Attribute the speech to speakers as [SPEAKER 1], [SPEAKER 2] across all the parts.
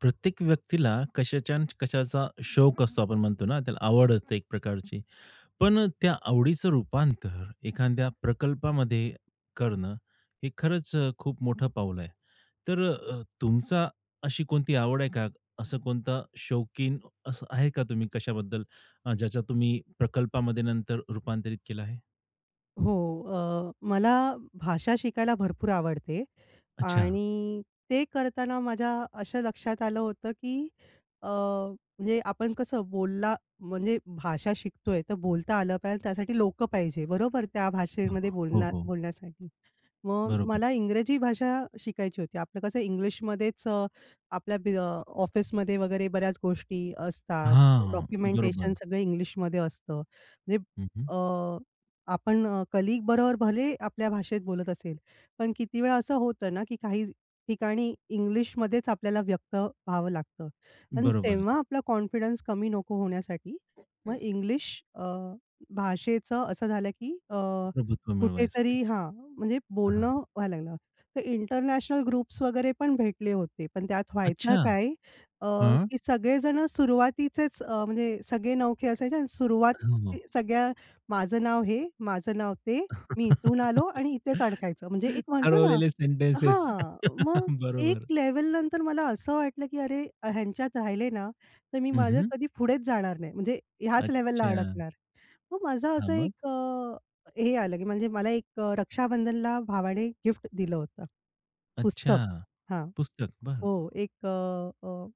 [SPEAKER 1] प्रत्येक व्यक्तीला कशाच्या न कशाचा शौक असतो आपण म्हणतो ना, त्याला आवड असते एक प्रकारची. पण त्या आवडीचं रूपांतर एखाद्या प्रकल्पामध्ये करणं हे खरंच खूप मोठं पाऊल आहे. तर तुमचा अशी कोणती आवड आहे का? असं कोणता शौकीन असं आहे का तुम्ही कशाबद्दल ज्याचा तुम्ही प्रकल्पामध्ये नंतर रूपांतरित केलं आहे?
[SPEAKER 2] हो. मला भाषा शिकायला भरपूर आवडते.
[SPEAKER 1] अच्छा.
[SPEAKER 2] आणि ते करताना माझ्या असं लक्षात आलं होतं, की म्हणजे आपण कसं बोलला म्हणजे भाषा शिकतोय, तर बोलता आलं पाहिजे त्यासाठी लोकं पाहिजे, बरोबर? त्या भाषेमध्ये
[SPEAKER 1] हो,
[SPEAKER 2] बोलण्या
[SPEAKER 1] हो.
[SPEAKER 2] बोलण्यासाठी. मग
[SPEAKER 1] बरोबर.
[SPEAKER 2] मला इंग्रजी भाषा शिकायची होती. आपलं कसं इंग्लिशमध्येच आपल्या बि अ, ऑफिसमध्ये वगैरे बऱ्याच गोष्टी असतात.
[SPEAKER 1] हां, बरोबर.
[SPEAKER 2] डॉक्युमेंटेशन सगळं इंग्लिशमध्ये असतं. म्हणजे
[SPEAKER 1] हं, हं.
[SPEAKER 2] अ, आपण अ, बरोबर भले आपल्या भाषेत बोलत असेल, पण किती वेळा असं होतं ना, की काही ठिकाणी इंग्लिशमध्येच आपल्याला व्यक्त व्हावं लागतं आणि
[SPEAKER 1] बरोबर
[SPEAKER 2] तेव्हा
[SPEAKER 1] आहे.
[SPEAKER 2] आपला कॉन्फिडन्स कमी नको होण्यासाठी मग इंग्लिश अ, भाषेचं असं झालं, की
[SPEAKER 1] प्रभुत्व मिळवायसाठी.
[SPEAKER 2] कुठेतरी हां, म्हणजे
[SPEAKER 1] हां,
[SPEAKER 2] बोलणं व्हायला लागलं. तर इंटरनॅशनल ग्रुप्स वगैरे पण भेटले होते. पण त्यात व्हायचं
[SPEAKER 1] अच्छा.
[SPEAKER 2] काय अ,
[SPEAKER 1] हां.
[SPEAKER 2] की सगळेजण सुरुवातीचेच म्हणजे सगळे नवखे असायचे आणि सुरुवात
[SPEAKER 1] हो.
[SPEAKER 2] सगळ्या माझं नाव हे, माझं नाव ते मी इथून आलो आणि इथेच अडकायचं. म्हणजे एक म्हणतो ना
[SPEAKER 1] ठरवलेले सेंटेन्सेस.
[SPEAKER 2] हां. मग एक
[SPEAKER 1] बरोबर.
[SPEAKER 2] लेव्हलनंतर मला असं वाटलं, की अरे ह्यांच्यात राहिले ना, तर मी माझं
[SPEAKER 1] हं,
[SPEAKER 2] कधी पुढेच जाणार नाही. म्हणजे ह्याच लेव्हलला
[SPEAKER 1] अच्छा.
[SPEAKER 2] अडकणार. मग माझं
[SPEAKER 1] हां,
[SPEAKER 2] असं
[SPEAKER 1] मग?
[SPEAKER 2] एक हे आलं, की म्हणजे मला एक रक्षाबंधनला भावाने गिफ्ट दिलं होतं.
[SPEAKER 1] अच्छा.
[SPEAKER 2] पुस्तक. हां.
[SPEAKER 1] पुस्तक. बरं.
[SPEAKER 2] हो. एक अ, अ,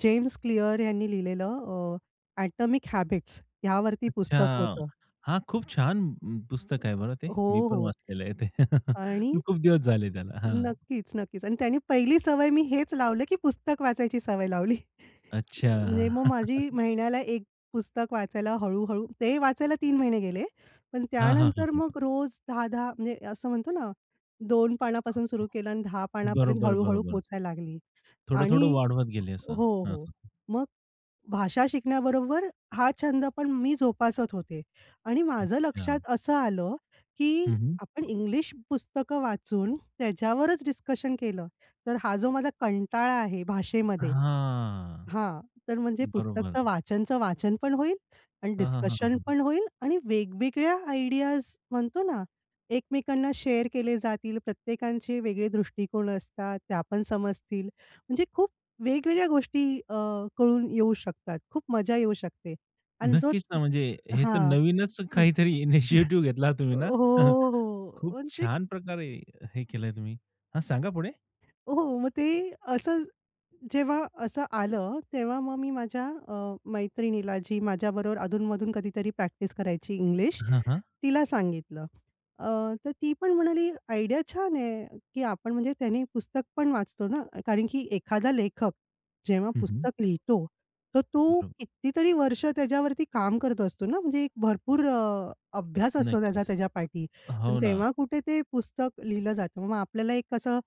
[SPEAKER 2] जेम्स क्लिअर यांनी लिहिलेलं "ॲटॉमिक हॅबिट्स" ह्यावरती
[SPEAKER 1] अच्छा.
[SPEAKER 2] पुस्तक होतं.
[SPEAKER 1] हां, खूप छान पुस्तक आहे बरं ते.
[SPEAKER 2] हो,
[SPEAKER 1] मी पण
[SPEAKER 2] हो.
[SPEAKER 1] वाचलेलं आहे ते.
[SPEAKER 2] आणि
[SPEAKER 1] पण खूप दिवस झाले त्याला. हां.
[SPEAKER 2] नक्कीच, नक्कीच. आणि त्याने पहिली सवय मी हेच लावलं, की पुस्तक वाचायची सवय लावली.
[SPEAKER 1] अच्छा.
[SPEAKER 2] म्हणजे मग माझी महिन्याला 1 पुस्तक वाचायला हळू-हळू ते वाचायला 3 महिने गेले. पण
[SPEAKER 1] हां, हां,
[SPEAKER 2] त्यानंतर
[SPEAKER 1] हां.
[SPEAKER 2] मग रोज 10-10 म्हणजे असं म्हणतो ना, 2 पानापासून सुरू केलं आणि 10 पानापर्यंत
[SPEAKER 1] बरोबर,
[SPEAKER 2] हळू-हळू
[SPEAKER 1] बरोबर.
[SPEAKER 2] पोचायला लागली.
[SPEAKER 1] थोडं-थोडं
[SPEAKER 2] आणि
[SPEAKER 1] वाढवत गेले असं.
[SPEAKER 2] हो,
[SPEAKER 1] हां,
[SPEAKER 2] हो.
[SPEAKER 1] हां.
[SPEAKER 2] मग भाषा शिकण्याबरोबर हा छंद पण मी जोपासत होते आणि माझं
[SPEAKER 1] अच्छा.
[SPEAKER 2] लक्षात असं आलं, की
[SPEAKER 1] हं, हं.
[SPEAKER 2] आपण इंग्लिश पुस्तकं वाचून त्याच्यावरच डिस्कशन केलं, तर हा जो माझा कंटाळा आहे भाषेमध्ये हां, तर म्हणजे
[SPEAKER 1] बरोबर.
[SPEAKER 2] पुस्तकचं वाचनचं वाचन पण होईल आणि
[SPEAKER 1] हां, हां, हां,
[SPEAKER 2] डिस्कशन
[SPEAKER 1] हां.
[SPEAKER 2] पण होईल आणि वेगवेगळ्या आयडियाज म्हणतो ना, एकमेकांना शेअर केले जातील. प्रत्येकांचे वेगळे दृष्टिकोन असतात, त्या पण समजतील. म्हणजे खूप वेगवेगळ्या गोष्टी अ, कळून येऊ शकतात. खूप मजा येऊ शकते आणि जो
[SPEAKER 1] नक्कीच ना, म्हणजे हे तर
[SPEAKER 2] हां.
[SPEAKER 1] नवीनच काहीतरी इनिशिएटिव्ह घेतला तुम्ही ना.
[SPEAKER 2] हो, हो.
[SPEAKER 1] खूप
[SPEAKER 2] म्हणजे
[SPEAKER 1] छान प्रकारे हे केलंय तुम्ही. हां, सांगा पुढे.
[SPEAKER 2] हो, मग ते असं जेव्हा असं आलं, तेव्हा मग मी माझ्या मैत्रिणीला जी माझ्याबरोबर अधूनमधून कधीतरी प्रॅक्टिस करायची इंग्लिश,
[SPEAKER 1] हां, हां.
[SPEAKER 2] तिला सांगितलं. अ, तर ती पण म्हणाली, "आयडिया छान आहे, की आपण म्हणजे त्याने पुस्तक पण वाचतो ना." कारण की एखादा लेखक जेव्हा
[SPEAKER 1] हं, हं.
[SPEAKER 2] पुस्तक लिहितो, तर तो
[SPEAKER 1] बरोबर.
[SPEAKER 2] कितीतरी वर्ष त्याच्यावरती काम करत असतो ना, म्हणजे एक भरपूर अभ्यास असतो त्याचा
[SPEAKER 1] नक्कीच.
[SPEAKER 2] त्याच्या पाठी. पण
[SPEAKER 1] हो ना,
[SPEAKER 2] तेव्हा कुठे ते पुस्तक लिहिलं जातं. मग आपल्याला एक असं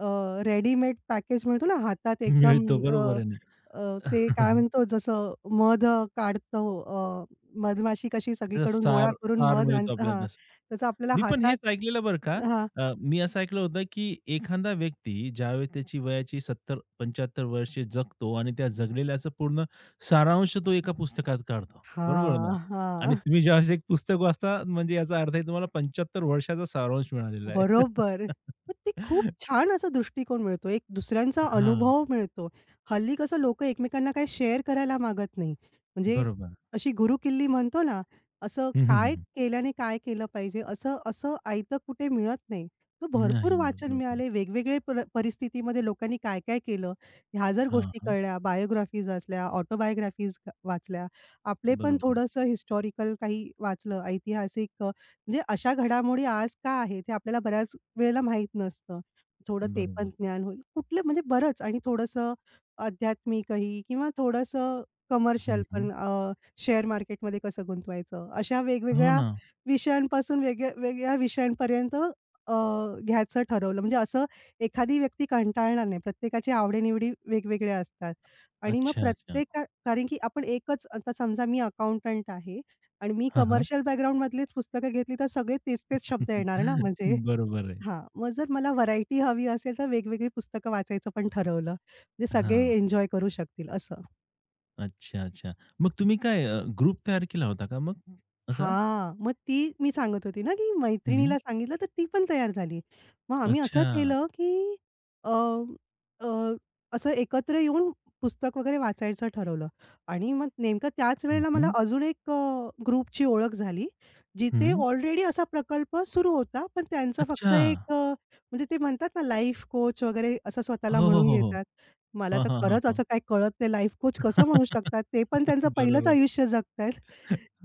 [SPEAKER 2] अ, रेडीमेड पॅकेज मिळतो ना हातात एकदम
[SPEAKER 1] मिळतो
[SPEAKER 2] अ,
[SPEAKER 1] बरोबर आहे ना.
[SPEAKER 2] अ, ते काय म्हणतो जसं काढतो मधमाशी कशी
[SPEAKER 1] त्याचा
[SPEAKER 2] सगळीकडून गोळा
[SPEAKER 1] सार
[SPEAKER 2] करून
[SPEAKER 1] सार
[SPEAKER 2] मध आण
[SPEAKER 1] मिळतो
[SPEAKER 2] हां,
[SPEAKER 1] आपल्याला.
[SPEAKER 2] तसं आपल्याला
[SPEAKER 1] मी पण
[SPEAKER 2] हातात
[SPEAKER 1] हेच ऐकलेलं बरं का.
[SPEAKER 2] हां.
[SPEAKER 1] मी असं ऐकलं होतं, की एखादा व्यक्ती ज्यावेळेस त्याची वयाची 70-75 वर्षे जगतो आणि त्या जगलेल्याचं पूर्ण सारांश तो एका पुस्तकात काढतो. बरोबर ना?
[SPEAKER 2] हां,
[SPEAKER 1] आणि
[SPEAKER 2] हां.
[SPEAKER 1] तुम्ही ज्यावेळेस एक पुस्तक वाचता म्हणजे याचा अर्थ आहे तुम्हाला 75 वर्षाचा सारांश मिळालेला आहे.
[SPEAKER 2] बरोबर. मग ते खूप छान असा दृष्टिकोन मिळतो. एक दुसऱ्यांचा
[SPEAKER 1] हां,
[SPEAKER 2] अनुभव मिळतो. हल्ली कसं लोकं एकमेकांना काही शेअर करायला मागत नाही. म्हणजे
[SPEAKER 1] बरोबर.
[SPEAKER 2] अशी गुरुकिल्ली म्हणतो ना, असं
[SPEAKER 1] हं, हं,
[SPEAKER 2] काय
[SPEAKER 1] हं.
[SPEAKER 2] केल्याने काय केलं पाहिजे असं असं आयतं कुठे मिळत नाही. तो भरपूर
[SPEAKER 1] नाही मिळत.
[SPEAKER 2] वाचन
[SPEAKER 1] बरोबर.
[SPEAKER 2] मिळाले. वेगवेगळे परिस्थितीमध्ये लोकांनी काय-काय केलं, ह्या जर
[SPEAKER 1] हां,
[SPEAKER 2] गोष्टी
[SPEAKER 1] हां.
[SPEAKER 2] कळल्या, बायोग्राफीज वाचल्या, ऑटोबायोग्राफीज वाचल्या. आपले पण
[SPEAKER 1] बरोबर,
[SPEAKER 2] थोडंसं हिस्टॉरिकल काही वाचलं, ऐतिहासिक म्हणजे अशा घडामोडी आज का आहेत हे आपल्याला बऱ्याच वेळेला माहीत नसतं. थोडं ते पण
[SPEAKER 1] बरोबर.
[SPEAKER 2] ज्ञान होईल. कुठलं म्हणजे बरंच आणि थोडंसं आध्यात्मिकही किंवा थोडंसं कमर्शियल
[SPEAKER 1] हं, हं.
[SPEAKER 2] पण शेअर मार्केटमध्ये कसं गुंतवायचं? अशा
[SPEAKER 1] हो
[SPEAKER 2] वेगवेगळ्या
[SPEAKER 1] ना.
[SPEAKER 2] विषयांपासून वेगळ्या वेगळ्या विषयांपर्यंत घ्यायचं ठरवलं. म्हणजे असं एखादी व्यक्ती कंटाळणार नाही. प्रत्येकाची आवडीनिवडी वेगवेगळ्या असतात आणि मग
[SPEAKER 1] अच्छा, अच्छा.
[SPEAKER 2] प्रत्येका कारण की आपण एकच आता समजा मी अकाउंटंट आहे. आणि मी
[SPEAKER 1] हां, हां.
[SPEAKER 2] कमर्शियल बॅकग्राऊंडमधलीच पुस्तकं घेतली, तर सगळे तेच-तेच शब्द येणार ना म्हणजे
[SPEAKER 1] बरोबर आहे.
[SPEAKER 2] हां, मग जर मला व्हरायटी हवी असेल, तर वेगवेगळी पुस्तकं वाचायचं पण ठरवलं. म्हणजे सगळे
[SPEAKER 1] हां.
[SPEAKER 2] एन्जॉय करू शकतील असं.
[SPEAKER 1] अच्छा, अच्छा. मग तुम्ही काय ग्रुप तयार केला होता का मग असा?
[SPEAKER 2] हां, मग ती मी सांगत होती ना, की
[SPEAKER 1] हं,
[SPEAKER 2] मैत्रिणीला सांगितलं तर ती पण तयार झाली. मग आम्ही असं
[SPEAKER 1] अच्छा.
[SPEAKER 2] केलं, की अ, अ, असं एकत्र येऊन पुस्तक वगैरे वाचायचं ठरवलं आणि मग नेमकं त्याच
[SPEAKER 1] हं,
[SPEAKER 2] वेळेला मला
[SPEAKER 1] हं.
[SPEAKER 2] अजून एक ग्रुपची ओळख झाली. जिथे ऑलरेडी असा प्रकल्प सुरू होता. पण त्यांचा फक्त
[SPEAKER 1] अच्छा.
[SPEAKER 2] एक म्हणजे ते म्हणतात ना लाईफ कोच वगैरे असं स्वतःला
[SPEAKER 1] हो, हो,
[SPEAKER 2] म्हणून
[SPEAKER 1] हो, हो.
[SPEAKER 2] घेतात. मला
[SPEAKER 1] हां,
[SPEAKER 2] तर
[SPEAKER 1] हां, हां,
[SPEAKER 2] खरंच
[SPEAKER 1] हां.
[SPEAKER 2] असं काही कळत नाही लाईफ कोच कसं म्हणू शकतात? ते पण त्यांचं पहिलंच
[SPEAKER 1] बरोबर.
[SPEAKER 2] आयुष्य जगतायत.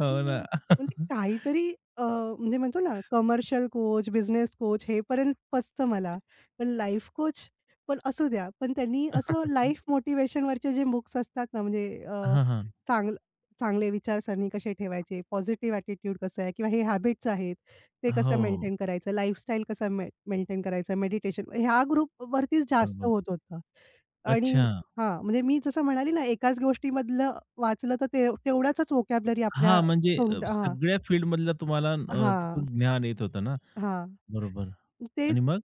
[SPEAKER 1] हो ना.
[SPEAKER 2] म्हणजे काहीतरी अ, म्हणजे म्हणतो ना कमर्शियल कोच, बिझनेस कोच हे पर्यंत पचतं मला. पण लाईफ कोच पण असू द्या. पण त्यांनी असं लाईफ मोटिव्हेशनवरचे जे बुक्स असतात ना म्हणजे
[SPEAKER 1] हां, हां.
[SPEAKER 2] चांगलं चांगले विचारसरणी कसे ठेवायचे, पॉझिटिव्ह ॲटिट्यूड कसं आहे किंवा हे हॅबिट्स आहेत, ते कसं
[SPEAKER 1] हो,
[SPEAKER 2] मेंटेन करायचं, लाईफस्टाईल कसं मेंटेन करायचं, मेडिटेशन ह्या ग्रुपवरतीच जास्त
[SPEAKER 1] बरोबर.
[SPEAKER 2] होत होतं. आणि
[SPEAKER 1] अच्छा.
[SPEAKER 2] हां, म्हणजे मी जसं म्हणाली ना एकाच गोष्टीमधलं वाचलं तर ते तेवढाच व्होकॅब्युलरी आपल्या
[SPEAKER 1] हां, म्हणजे
[SPEAKER 2] तोंड हां.
[SPEAKER 1] सगळ्या फील्डमधलं तुम्हाला
[SPEAKER 2] हां,
[SPEAKER 1] तिथून ज्ञान येत होतं ना?
[SPEAKER 2] हां.
[SPEAKER 1] बरोबर.
[SPEAKER 2] ते
[SPEAKER 1] आणि मग?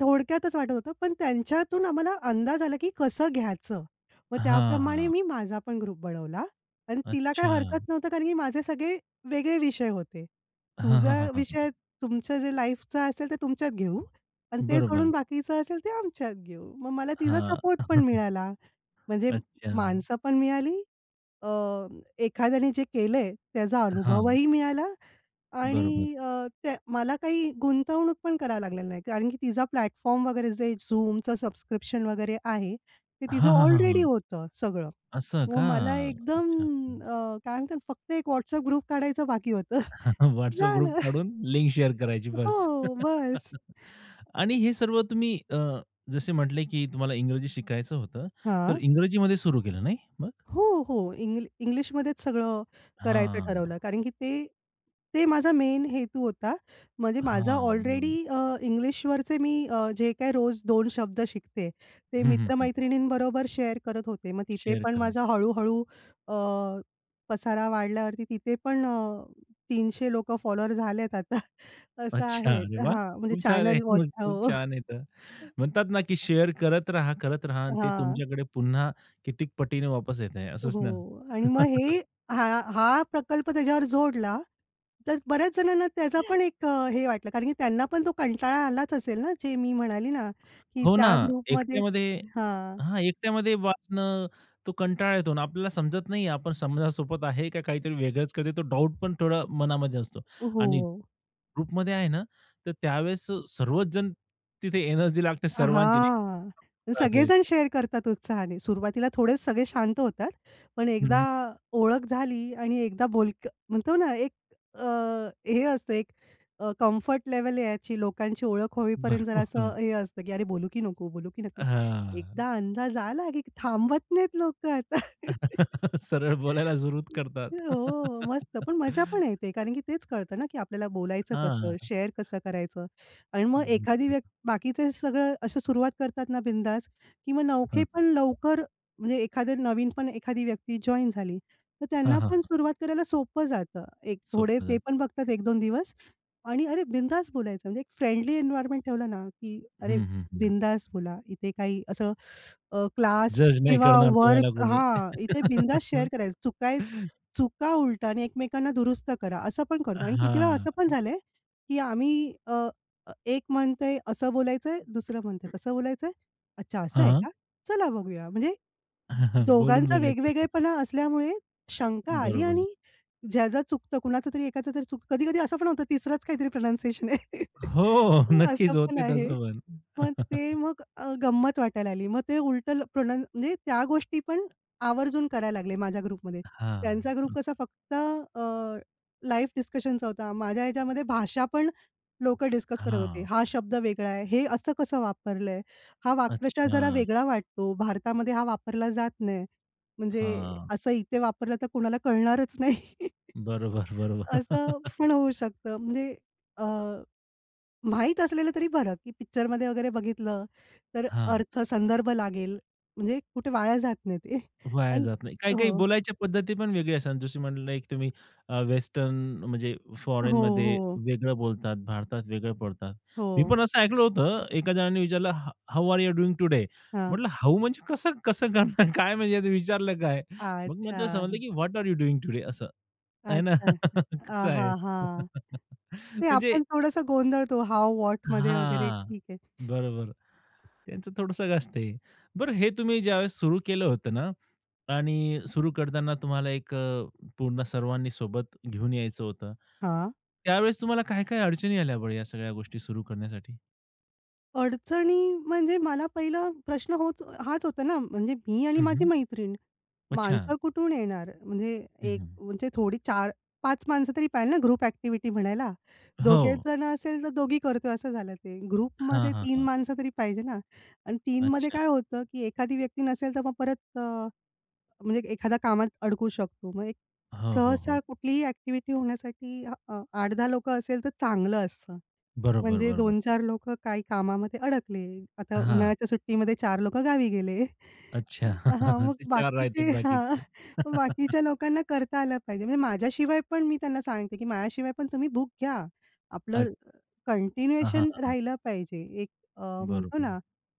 [SPEAKER 2] थोडक्यातच वाटत होतं, पण त्यांच्यातून आम्हाला अंदाज आला, की कसं घ्यायचं. मग
[SPEAKER 1] हां,
[SPEAKER 2] त्याप्रमाणे
[SPEAKER 1] हां.
[SPEAKER 2] मी माझा पण ग्रुप बनवला आणि तिला काही
[SPEAKER 1] अच्छा.
[SPEAKER 2] हरकत नव्हतं, कारण की माझे सगळे वेगळे विषय होते.
[SPEAKER 1] हां, हां, हां,
[SPEAKER 2] तुझा
[SPEAKER 1] हां.
[SPEAKER 2] विषय तुमचं जे लाईफचा असेल ते तुमच्यात घेऊ आणि ते
[SPEAKER 1] बरोबर.
[SPEAKER 2] सोडून बाकीचं असेल ते आमच्यात घेऊ. मग मला तिचा
[SPEAKER 1] हां.
[SPEAKER 2] सपोर्ट पण मिळाला. म्हणजे
[SPEAKER 1] अच्छा.
[SPEAKER 2] माणसं पण मिळाली अ, एखाद्याने जे केलंय त्याचा
[SPEAKER 1] हां,
[SPEAKER 2] अनुभवही मिळाला
[SPEAKER 1] बरोबर.
[SPEAKER 2] आणि त्या मला काही गुंतवणूक पण करायला लागलेली नाही. कारण की तिचा प्लॅटफॉर्म वगैरे जे Zoomचं सबस्क्रिप्शन वगैरे आहे, ते तिचं
[SPEAKER 1] हां, हां, हां, हां.
[SPEAKER 2] ऑलरेडी होतं सगळं.
[SPEAKER 1] असं
[SPEAKER 2] मग
[SPEAKER 1] का?
[SPEAKER 2] मला एकदम
[SPEAKER 1] अच्छा, अच्छा.
[SPEAKER 2] काय म्हणतात फक्त एक WhatsApp ग्रुप काढायचं बाकी होतं.
[SPEAKER 1] WhatsApp ग्रुप
[SPEAKER 2] झालं.
[SPEAKER 1] काढून लिंक शेअर करायची बस.
[SPEAKER 2] हो, बस.
[SPEAKER 1] आणि हे सर्व तुम्ही जसे म्हटले, की तुम्हाला इंग्रजी शिकायचं होतं, तर
[SPEAKER 2] हां.
[SPEAKER 1] इंग्रजीमध्ये सुरू केलं नाही मग?
[SPEAKER 2] हो, हो. इंग्लिशमध्येच सगळं करायचं
[SPEAKER 1] हां,
[SPEAKER 2] ठरवलं. कारण की ते ते माझा मेन हेतू होता. म्हणजे माझा
[SPEAKER 1] हां.
[SPEAKER 2] ऑलरेडी
[SPEAKER 1] बरोबर.
[SPEAKER 2] इंग्लिशवरचे मी जे काही रोज 2 शब्द शिकते, ते
[SPEAKER 1] हं, हं, हं.
[SPEAKER 2] मित्र-मैत्रिणींबरोबर शेअर करत होते. मग तिथे
[SPEAKER 1] शेअर
[SPEAKER 2] पण माझा
[SPEAKER 1] करायची.
[SPEAKER 2] हळू-हळू अ, पसारा वाढल्यावरती तिथे पण 300 लोकं फॉलोवर झालेत आता. असं
[SPEAKER 1] अच्छा.
[SPEAKER 2] आहे.
[SPEAKER 1] अरे वाह!
[SPEAKER 2] हां, म्हणजे
[SPEAKER 1] खूप छान आहे.
[SPEAKER 2] चॅनल
[SPEAKER 1] मग
[SPEAKER 2] WhatsApp
[SPEAKER 1] खूप
[SPEAKER 2] हो.
[SPEAKER 1] छान आहे तर. म्हणतात ना, की शेअर करत राहा, करत राहा आणि ते
[SPEAKER 2] हां.
[SPEAKER 1] तुमच्याकडे पुन्हा कितीक पटीने वापस येत आहे असंच ना?
[SPEAKER 2] हो. आणि मग हे हा हा प्रकल्प त्याच्यावर जोडला, तर बऱ्याच जणांना त्याचा पण एक हे वाटलं कारण की त्यांना पण तो कंटाळा आलाच असेल ना, जे मी म्हणाली ना, की
[SPEAKER 1] हो ना,
[SPEAKER 2] त्या ग्रुपमध्ये
[SPEAKER 1] एकट्यामध्ये
[SPEAKER 2] हां.
[SPEAKER 1] हां, एकट्यामध्ये वाचणं तो कंटाळा येतो आणि आपल्याला समजत नाही आपण समाजासोबत आहे का काहीतरी वेगळंच करते तो डाऊट पण थोडा मनामध्ये असतो
[SPEAKER 2] हो.
[SPEAKER 1] आणि ग्रुपमध्ये आहे ना, तर त्यावेळेस सर्वच जण तिथे एनर्जी लागते सर्वांची नाही
[SPEAKER 2] हां.
[SPEAKER 1] का, राहतोय.
[SPEAKER 2] सगळेजण शेअर करतात उत्साहाने. सुरुवातीला थोडे सगळे शांत होतात. पण
[SPEAKER 1] हं,
[SPEAKER 2] एकदा
[SPEAKER 1] हं.
[SPEAKER 2] ओळख झाली आणि एकदा बोलक म्हणतो ना एक अ, हे असतं एक कम्फर्ट लेव्हल याची लोकांची ओळख होईपर्यंत जरा
[SPEAKER 1] बरोबर.
[SPEAKER 2] असं हे असतं, की "अरे बोलू की नको? बोलू की नको?"
[SPEAKER 1] हां.
[SPEAKER 2] एकदा अंदाज आला, की थांबत नाहीत लोकं आता.
[SPEAKER 1] सरळ बोलायला सुरुवात करतात.
[SPEAKER 2] हो, मस्त. पण मजा पण येते कारण की तेच कळतं ना, की आपल्याला बोलायचं कसं?
[SPEAKER 1] हां.
[SPEAKER 2] शेअर कसं करायचं? आणि मग एखादी व्यक्ती
[SPEAKER 1] बरोबर.
[SPEAKER 2] बाकीचे सगळं असं सुरुवात करतात ना बिंदास, की मग नवखे
[SPEAKER 1] हां,
[SPEAKER 2] पण लवकर म्हणजे एखादं नवीन पण एखादी व्यक्ती जॉइन झाली, तर
[SPEAKER 1] हां,
[SPEAKER 2] त्यांना पण
[SPEAKER 1] हां.
[SPEAKER 2] सुरुवात करायला सोपं जातं. एक थोडे
[SPEAKER 1] सोपं
[SPEAKER 2] ते
[SPEAKER 1] जातं.
[SPEAKER 2] पण बघतात एक दोन दिवस आणि अरे बिंदास बोलायचं म्हणजे एक फ्रेंडली एन्व्हायर्नमेंट ठेवलं ना, की अरे
[SPEAKER 1] हं, हं, हं.
[SPEAKER 2] बिंदास बोला. इथे काही असं क्लास
[SPEAKER 1] जज नाही
[SPEAKER 2] किंवा
[SPEAKER 1] करणार तुम्हाला
[SPEAKER 2] वर्क
[SPEAKER 1] कोणी.
[SPEAKER 2] हां, इथे बिनधास्त शेअर करायचं. चुका आहेत उलटा आणि एकमेकांना दुरुस्त करा, असं पण करतो आणि किती वेळा
[SPEAKER 1] हां.
[SPEAKER 2] असं पण झालंय, की आम्ही अ, अ, एक म्हणतंय असं बोलायचंय, दुसरं म्हणतंय तसं बोलायचंय. अच्छा असं आहे
[SPEAKER 1] हां.
[SPEAKER 2] का? चला बघूया. म्हणजे
[SPEAKER 1] बोलून
[SPEAKER 2] दोघांचा
[SPEAKER 1] बघायचं असतं पण.
[SPEAKER 2] वेगवेगळेपणा असल्यामुळे शंका आली
[SPEAKER 1] बरोबर.
[SPEAKER 2] आणि ज्याचं चुकतं, कुणाचं तरी एकाचं तरी चुकतं. कधी-कधी असं पण होतं तिसराच काहीतरी प्रोनन्सिएशन आहे.
[SPEAKER 1] हो,
[SPEAKER 2] असं
[SPEAKER 1] नक्कीच
[SPEAKER 2] पण
[SPEAKER 1] होते
[SPEAKER 2] आहे.
[SPEAKER 1] तसं पण.
[SPEAKER 2] मग ते मग गंमत वाटायला लागली. मग ते उलटं प्रोनाऊन म्हणजे त्या गोष्टी पण आवर्जून करायला लागले माझ्या ग्रुपमध्ये. त्यांचा ग्रुप
[SPEAKER 1] हां.
[SPEAKER 2] कसा फक्त अ, लाईफ डिस्कशनचा होता. माझ्या ह्याच्यामध्ये भाषा पण लोकं डिस्कस करत होते.
[SPEAKER 1] हां.
[SPEAKER 2] हा शब्द वेगळा आहे. हे असं कसं वापरलंय? हा वाक्प्रचार जरा
[SPEAKER 1] अच्छा.
[SPEAKER 2] वेगळा वाटतो. भारतामध्ये हा वापरला जात नाही. म्हणजे
[SPEAKER 1] हां.
[SPEAKER 2] असं इथे वापरलं तर कुणाला कळणारच नाही.
[SPEAKER 1] बरोबर, बरोबर.
[SPEAKER 2] असं पण होऊ शकतं. म्हणजे माहीत असलेलं तरी बरं, की पिक्चरमध्ये वगैरे बघितलं, तर
[SPEAKER 1] हां.
[SPEAKER 2] अर्थ, संदर्भ लागेल. म्हणजे कुठे वाया जात नाही ते.
[SPEAKER 1] वाया
[SPEAKER 2] आणि
[SPEAKER 1] जात नाही. काही-काही
[SPEAKER 2] हो,
[SPEAKER 1] बोलायच्या पद्धती पण वेगळी असतात. जशी म्हणलं एक तुम्ही वेस्टर्न म्हणजे
[SPEAKER 2] हो,
[SPEAKER 1] फॉरेनमध्ये
[SPEAKER 2] हो,
[SPEAKER 1] वेगळं बोलतात, भारतात वेगळं बोलतात.
[SPEAKER 2] हो.
[SPEAKER 1] मी पण असं ऐकलं होतं एका जणाने विचारलं, "how are you doing today?"
[SPEAKER 2] हां.
[SPEAKER 1] म्हटलं हाऊ म्हणजे कसं कसं करणार? काय म्हणजे आता विचारलं काय? मग
[SPEAKER 2] अच्छा,
[SPEAKER 1] नंतर समजलं की what are you doing today असं. आहे ना?
[SPEAKER 2] अच्छा. आ,
[SPEAKER 1] कसं
[SPEAKER 2] हां,
[SPEAKER 1] आहे?
[SPEAKER 2] हां. ते
[SPEAKER 1] म्हणजे
[SPEAKER 2] आपण थोडंसं गोंधळतो हाऊ, व्हॉटमध्ये वगैरे.
[SPEAKER 1] हां,
[SPEAKER 2] ठीक आहे.
[SPEAKER 1] बरोबर. त्यांचं थोडंसं असते. बरं हे तुम्ही ज्यावेळेस सुरू केलं होतं ना आणि सुरू करताना तुम्हाला एक पूर्ण सर्वांनी सोबत घेऊन यायचं होतं.
[SPEAKER 2] हां.
[SPEAKER 1] त्यावेळेस तुम्हाला काय-काय अडचणी आल्या बरं या सगळ्या गोष्टी सुरू करण्यासाठी?
[SPEAKER 2] अडचणी म्हणजे मला पहिला प्रश्न हाच होता ना, म्हणजे मी आणि
[SPEAKER 1] हं,
[SPEAKER 2] माझी
[SPEAKER 1] हं.
[SPEAKER 2] मैत्रीण.
[SPEAKER 1] अच्छा.
[SPEAKER 2] माणसं कुठून येणार? म्हणजे
[SPEAKER 1] हं,
[SPEAKER 2] एक
[SPEAKER 1] हं.
[SPEAKER 2] म्हणजे थोडी चार पाच माणसं तरी पाहिजे ना ग्रुप ॲक्टिव्हिटी म्हणायला.
[SPEAKER 1] हो.
[SPEAKER 2] दोघेच जण असेल तर दोघी करतोय असं झालं ते.
[SPEAKER 1] हां,
[SPEAKER 2] ग्रुपमध्ये
[SPEAKER 1] हां,
[SPEAKER 2] 3
[SPEAKER 1] हां.
[SPEAKER 2] माणसं तरी पाहिजे ना आणि 3 मध्ये
[SPEAKER 1] अच्छा.
[SPEAKER 2] काय होतं, की एखादी व्यक्ती नसेल तर मग परत म्हणजे एखादा कामात अडकू शकतो. मग एक
[SPEAKER 1] हो, हो,
[SPEAKER 2] सहसा
[SPEAKER 1] हो.
[SPEAKER 2] कुठलीही ॲक्टिव्हिटी होण्यासाठी 8-10 असेल तर चांगलं असतं.
[SPEAKER 1] बरोबर,
[SPEAKER 2] म्हणजे
[SPEAKER 1] बरोबर.
[SPEAKER 2] दोन चार लोकं काही कामामध्ये अडकले. आता
[SPEAKER 1] हां.
[SPEAKER 2] उन्हाळ्याच्या सुट्टीमध्ये चार लोकं गावी गेले.
[SPEAKER 1] अच्छा.
[SPEAKER 2] हां, मग
[SPEAKER 1] ते 4
[SPEAKER 2] बाकीचे
[SPEAKER 1] राहतात
[SPEAKER 2] हां,
[SPEAKER 1] बाकीचे.
[SPEAKER 2] मग बाकीच्या लोकांना करता आलं पाहिजे. म्हणजे माझ्याशिवाय पण मी त्यांना सांगते, की माझ्याशिवाय पण तुम्ही बुक घ्या. आपलं
[SPEAKER 1] अच्छा. हां, हां,
[SPEAKER 2] कंटिन्युएशन
[SPEAKER 1] हां, हां.
[SPEAKER 2] राहिलं पाहिजे. एक म्हणतो
[SPEAKER 1] बरोबर.
[SPEAKER 2] ना,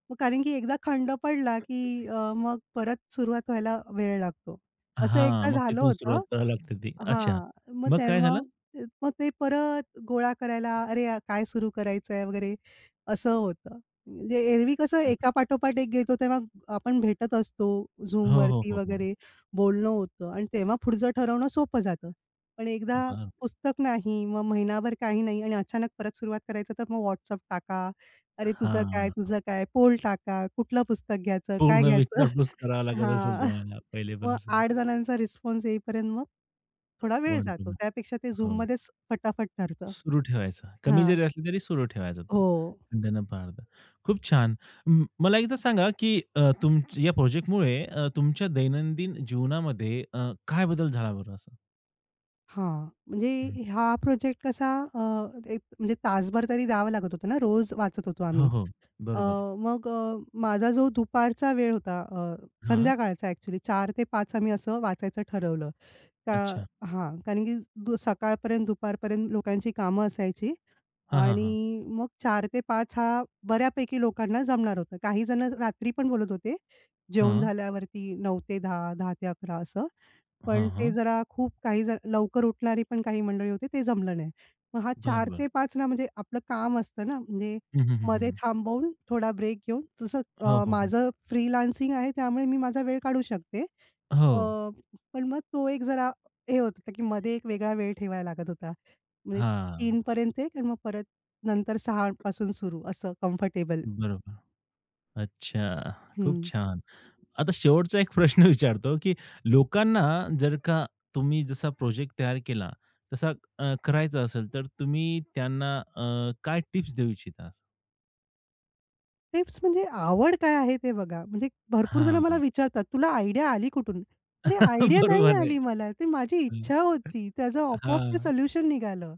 [SPEAKER 2] मग कारण की एकदा खंड पडला, की मग परत सुरुवात व्हायला वेळ लागतो. असं एकदा
[SPEAKER 1] हां, मग
[SPEAKER 2] झालं
[SPEAKER 1] तिथून सुरुवात
[SPEAKER 2] होतं.
[SPEAKER 1] करावी लागते ती. अच्छा.
[SPEAKER 2] हां. मग
[SPEAKER 1] मग काय
[SPEAKER 2] तेव्हा
[SPEAKER 1] झालं?
[SPEAKER 2] मग ते परत गोळा करायला, "अरे, आ- काय सुरू करायचंय?" वगैरे असं होतं. म्हणजे एरवी कसं एकापाठोपाठ एक घेतो, तेव्हा आपण भेटत असतो
[SPEAKER 1] हो, हो,
[SPEAKER 2] Zoomवरती
[SPEAKER 1] हो, हो.
[SPEAKER 2] वगैरे, बोलणं होतं आणि तेव्हा पुढचं ठरवणं सोपं जातं. पण एकदा
[SPEAKER 1] बरं.
[SPEAKER 2] पुस्तक नाही, मग महिनाभर काही नाही आणि अचानक परत सुरुवात करायचं, तर मग WhatsApp टाका. "अरे, तुझं काय?
[SPEAKER 1] हां.
[SPEAKER 2] तुझं काय?" पोल टाका. कुठलं पुस्तक घ्यायचं? काय
[SPEAKER 1] पूर्ण
[SPEAKER 2] घ्यायचं?
[SPEAKER 1] विचारपूस करावा लागत असेल
[SPEAKER 2] हां.
[SPEAKER 1] तुम्हाला
[SPEAKER 2] मग
[SPEAKER 1] पहिलेपासून.
[SPEAKER 2] 8 जणांचा रिस्पॉन्स येईपर्यंत थोडा वेळ
[SPEAKER 1] वाट
[SPEAKER 2] जातो.
[SPEAKER 1] बघून.
[SPEAKER 2] त्यापेक्षा ते
[SPEAKER 1] हो.
[SPEAKER 2] Zoomमध्येच फटाफट ठरतं.
[SPEAKER 1] सुरू ठेवायचा. कमी
[SPEAKER 2] हां.
[SPEAKER 1] जरी असली तरी सुरू ठेवायचा तो.
[SPEAKER 2] हो.
[SPEAKER 1] खंड न पाडता. खूप छान. मला एकदा सांगा, की तुमच्या या प्रोजेक्टमुळे तुमच्या दैनंदिन जीवनामध्ये काय बदल झाला बरं असं?
[SPEAKER 2] हां.
[SPEAKER 1] हं.
[SPEAKER 2] म्हणजे हा प्रोजेक्ट कसा एक म्हणजे तासभर तरी द्यावा लागत होता ना, रोज वाचत होतो
[SPEAKER 1] हो,
[SPEAKER 2] आम्ही.
[SPEAKER 1] हो.
[SPEAKER 2] अ,
[SPEAKER 1] बरोबर.
[SPEAKER 2] मग अ, माझा जो दुपारचा वेळ होता
[SPEAKER 1] हां.
[SPEAKER 2] संध्याकाळचा ॲक्चुअली 4 ते 5 आम्ही असं वाचायचं ठरवलं. का
[SPEAKER 1] अच्छा.
[SPEAKER 2] हां. कारण की सकाळपर्यंत, दुपारपर्यंत लोकांची कामं असायची.
[SPEAKER 1] हां, हां, हां.
[SPEAKER 2] आणि मग 4 ते 5 हा बऱ्यापैकी लोकांना जमणार होतं. काही जण रात्री पण बोलत होते. जेवून
[SPEAKER 1] हां.
[SPEAKER 2] झाल्यावरती 9 ते 10, 10 ते 11 असं. पण
[SPEAKER 1] हां,
[SPEAKER 2] ते
[SPEAKER 1] हां.
[SPEAKER 2] जरा खूप काही जण लवकर उठणारी पण काही मंडळी होती, ते जमलं नाही. मग हा
[SPEAKER 1] बरं,
[SPEAKER 2] 4
[SPEAKER 1] बरं.
[SPEAKER 2] ते 5 ना म्हणजे आपलं काम असतं ना, म्हणजे
[SPEAKER 1] हं, हं, हं,
[SPEAKER 2] मध्ये
[SPEAKER 1] हं.
[SPEAKER 2] थांबवून थोडा ब्रेक घेऊन तसं
[SPEAKER 1] हो, हो, हो.
[SPEAKER 2] माझं फ्रीलान्सिंग आहे त्यामुळे मी माझा वेळ काढू शकते.
[SPEAKER 1] हो.
[SPEAKER 2] पण मग तो एक जरा हे होत होता, की मध्ये एक वेगळा वेळ ठेवायला लागत होता. म्हणजे
[SPEAKER 1] हां,
[SPEAKER 2] 3 पर्यंत एक आणि मग परत नंतर 6 पासून सुरू असं कम्फर्टेबल.
[SPEAKER 1] बरोबर. अच्छा, खूप
[SPEAKER 2] हं.
[SPEAKER 1] छान. आता शेवटचा एक प्रश्न विचारतो, की लोकांना जर का तुम्ही जसा प्रोजेक्ट तयार केला, तसा करायचा असेल, तर तुम्ही त्यांना काय टिप्स देऊ इच्छिता?
[SPEAKER 2] टिप्स म्हणजे आवड काय आहे ते बघा. म्हणजे भरपूर जण मला
[SPEAKER 1] हां.
[SPEAKER 2] विचारतात, "तुला आयडिया आली कुठून?" अरे आयडिया नाही
[SPEAKER 1] बरोबर आहे.
[SPEAKER 2] आली मला. ती माझी
[SPEAKER 1] हं.
[SPEAKER 2] इच्छा होती. त्याचं आपोआप ते
[SPEAKER 1] हां,
[SPEAKER 2] सोल्युशन निघालं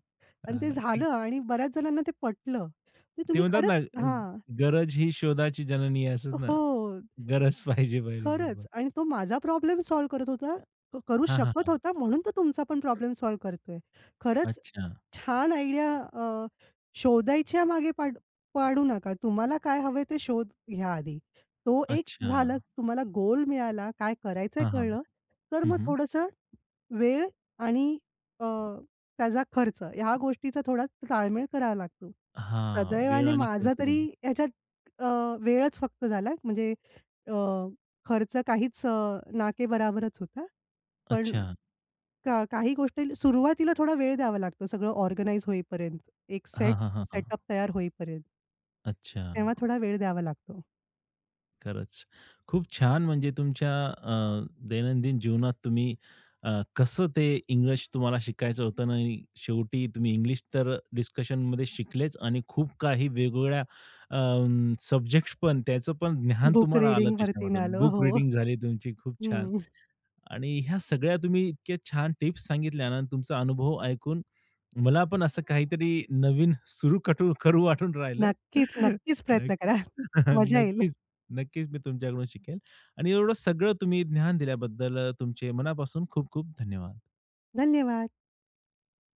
[SPEAKER 2] आणि ते
[SPEAKER 1] हां.
[SPEAKER 2] झालं
[SPEAKER 1] ते
[SPEAKER 2] आणि बऱ्याच जणांना ते पटलं. म्हणजे
[SPEAKER 1] ते
[SPEAKER 2] तुम्ही
[SPEAKER 1] म्हणतात ना,
[SPEAKER 2] खरंच हां.
[SPEAKER 1] गरज ही शोधाची जननी आहे असंच ना?
[SPEAKER 2] हो.
[SPEAKER 1] गरज पाहिजे पहिले
[SPEAKER 2] खरंच
[SPEAKER 1] बरोबर.
[SPEAKER 2] आणि तो माझा प्रॉब्लेम सॉल्व्ह करत होता. तो करू
[SPEAKER 1] हां, हां,
[SPEAKER 2] शकत
[SPEAKER 1] हां.
[SPEAKER 2] होता म्हणून तो तुमचा पण प्रॉब्लेम सॉल्व्ह करतोय. खरंच
[SPEAKER 1] अच्छा,
[SPEAKER 2] छान आयडिया शोधायच्या मागे पाडू नका. तुम्हाला काय हवंय ते शोध घ्या आधी. तो एक
[SPEAKER 1] अच्छा.
[SPEAKER 2] झालं, तुम्हाला गोल मिळाला, काय करायचंय
[SPEAKER 1] हां, हां.
[SPEAKER 2] कळलं, तर
[SPEAKER 1] हं,
[SPEAKER 2] मग
[SPEAKER 1] हं.
[SPEAKER 2] थोडंसं वेळ आणि अ, त्याचा खर्च ह्या गोष्टीचा थोडा ताळमेळ करावा लागतो.
[SPEAKER 1] हां, वेळ
[SPEAKER 2] सदैवाने
[SPEAKER 1] आणि
[SPEAKER 2] माझा
[SPEAKER 1] खर्च
[SPEAKER 2] तरी
[SPEAKER 1] पण.
[SPEAKER 2] ह्याच्यात अ, वेळच फक्त झाला म्हणजे अ, खर्च काहीच नाके बराबरच होता. पण
[SPEAKER 1] अच्छा.
[SPEAKER 2] का काही गोष्टी सुरुवातीला थोडा वेळ द्यावा लागतो, सगळं ऑर्गनाइज होईपर्यंत. एक सेट
[SPEAKER 1] हां, हां, हां, हां.
[SPEAKER 2] सेटअप तयार होईपर्यंत.
[SPEAKER 1] अच्छा.
[SPEAKER 2] तेव्हा थोडा वेळ द्यावा लागतो.
[SPEAKER 1] खरंच. खूप छान म्हणजे तुमच्या दैनंदिन जीवनात तुम्ही अ, कसं ते इंग्लिश तुम्हाला शिकायचं होतं आणि शेवटी तुम्ही इंग्लिश तर डिस्कशनमध्ये शिकलेच आणि खूप काही वेगवेगळ्या सब्जेक्ट्स पण त्याचं पण ज्ञान
[SPEAKER 2] बुक
[SPEAKER 1] तुम्हाला आलं
[SPEAKER 2] रीडिंगवरती
[SPEAKER 1] त्याच्यामधून.
[SPEAKER 2] आलो. हो.
[SPEAKER 1] बुक रीडिंग झाली तुमची. खूप छान.
[SPEAKER 2] हं.
[SPEAKER 1] आणि ह्या सगळ्या तुम्ही इतक्या छान टिप्स सांगितल्या ना, तुमचा अनुभव ऐकून मला पण असं काहीतरी नवीन सुरू कटू करू वाटून राहिलं.
[SPEAKER 2] नक्कीच, नक्कीच प्रयत्न करा.
[SPEAKER 1] नक्कीच,
[SPEAKER 2] मजा येईल.
[SPEAKER 1] नक्कीच, नक्कीच मी तुमच्याकडून शिकेल आणि एवढं सगळं तुम्ही ज्ञान दिल्याबद्दल तुमचे मनापासून खूप खूप धन्यवाद.
[SPEAKER 2] धन्यवाद.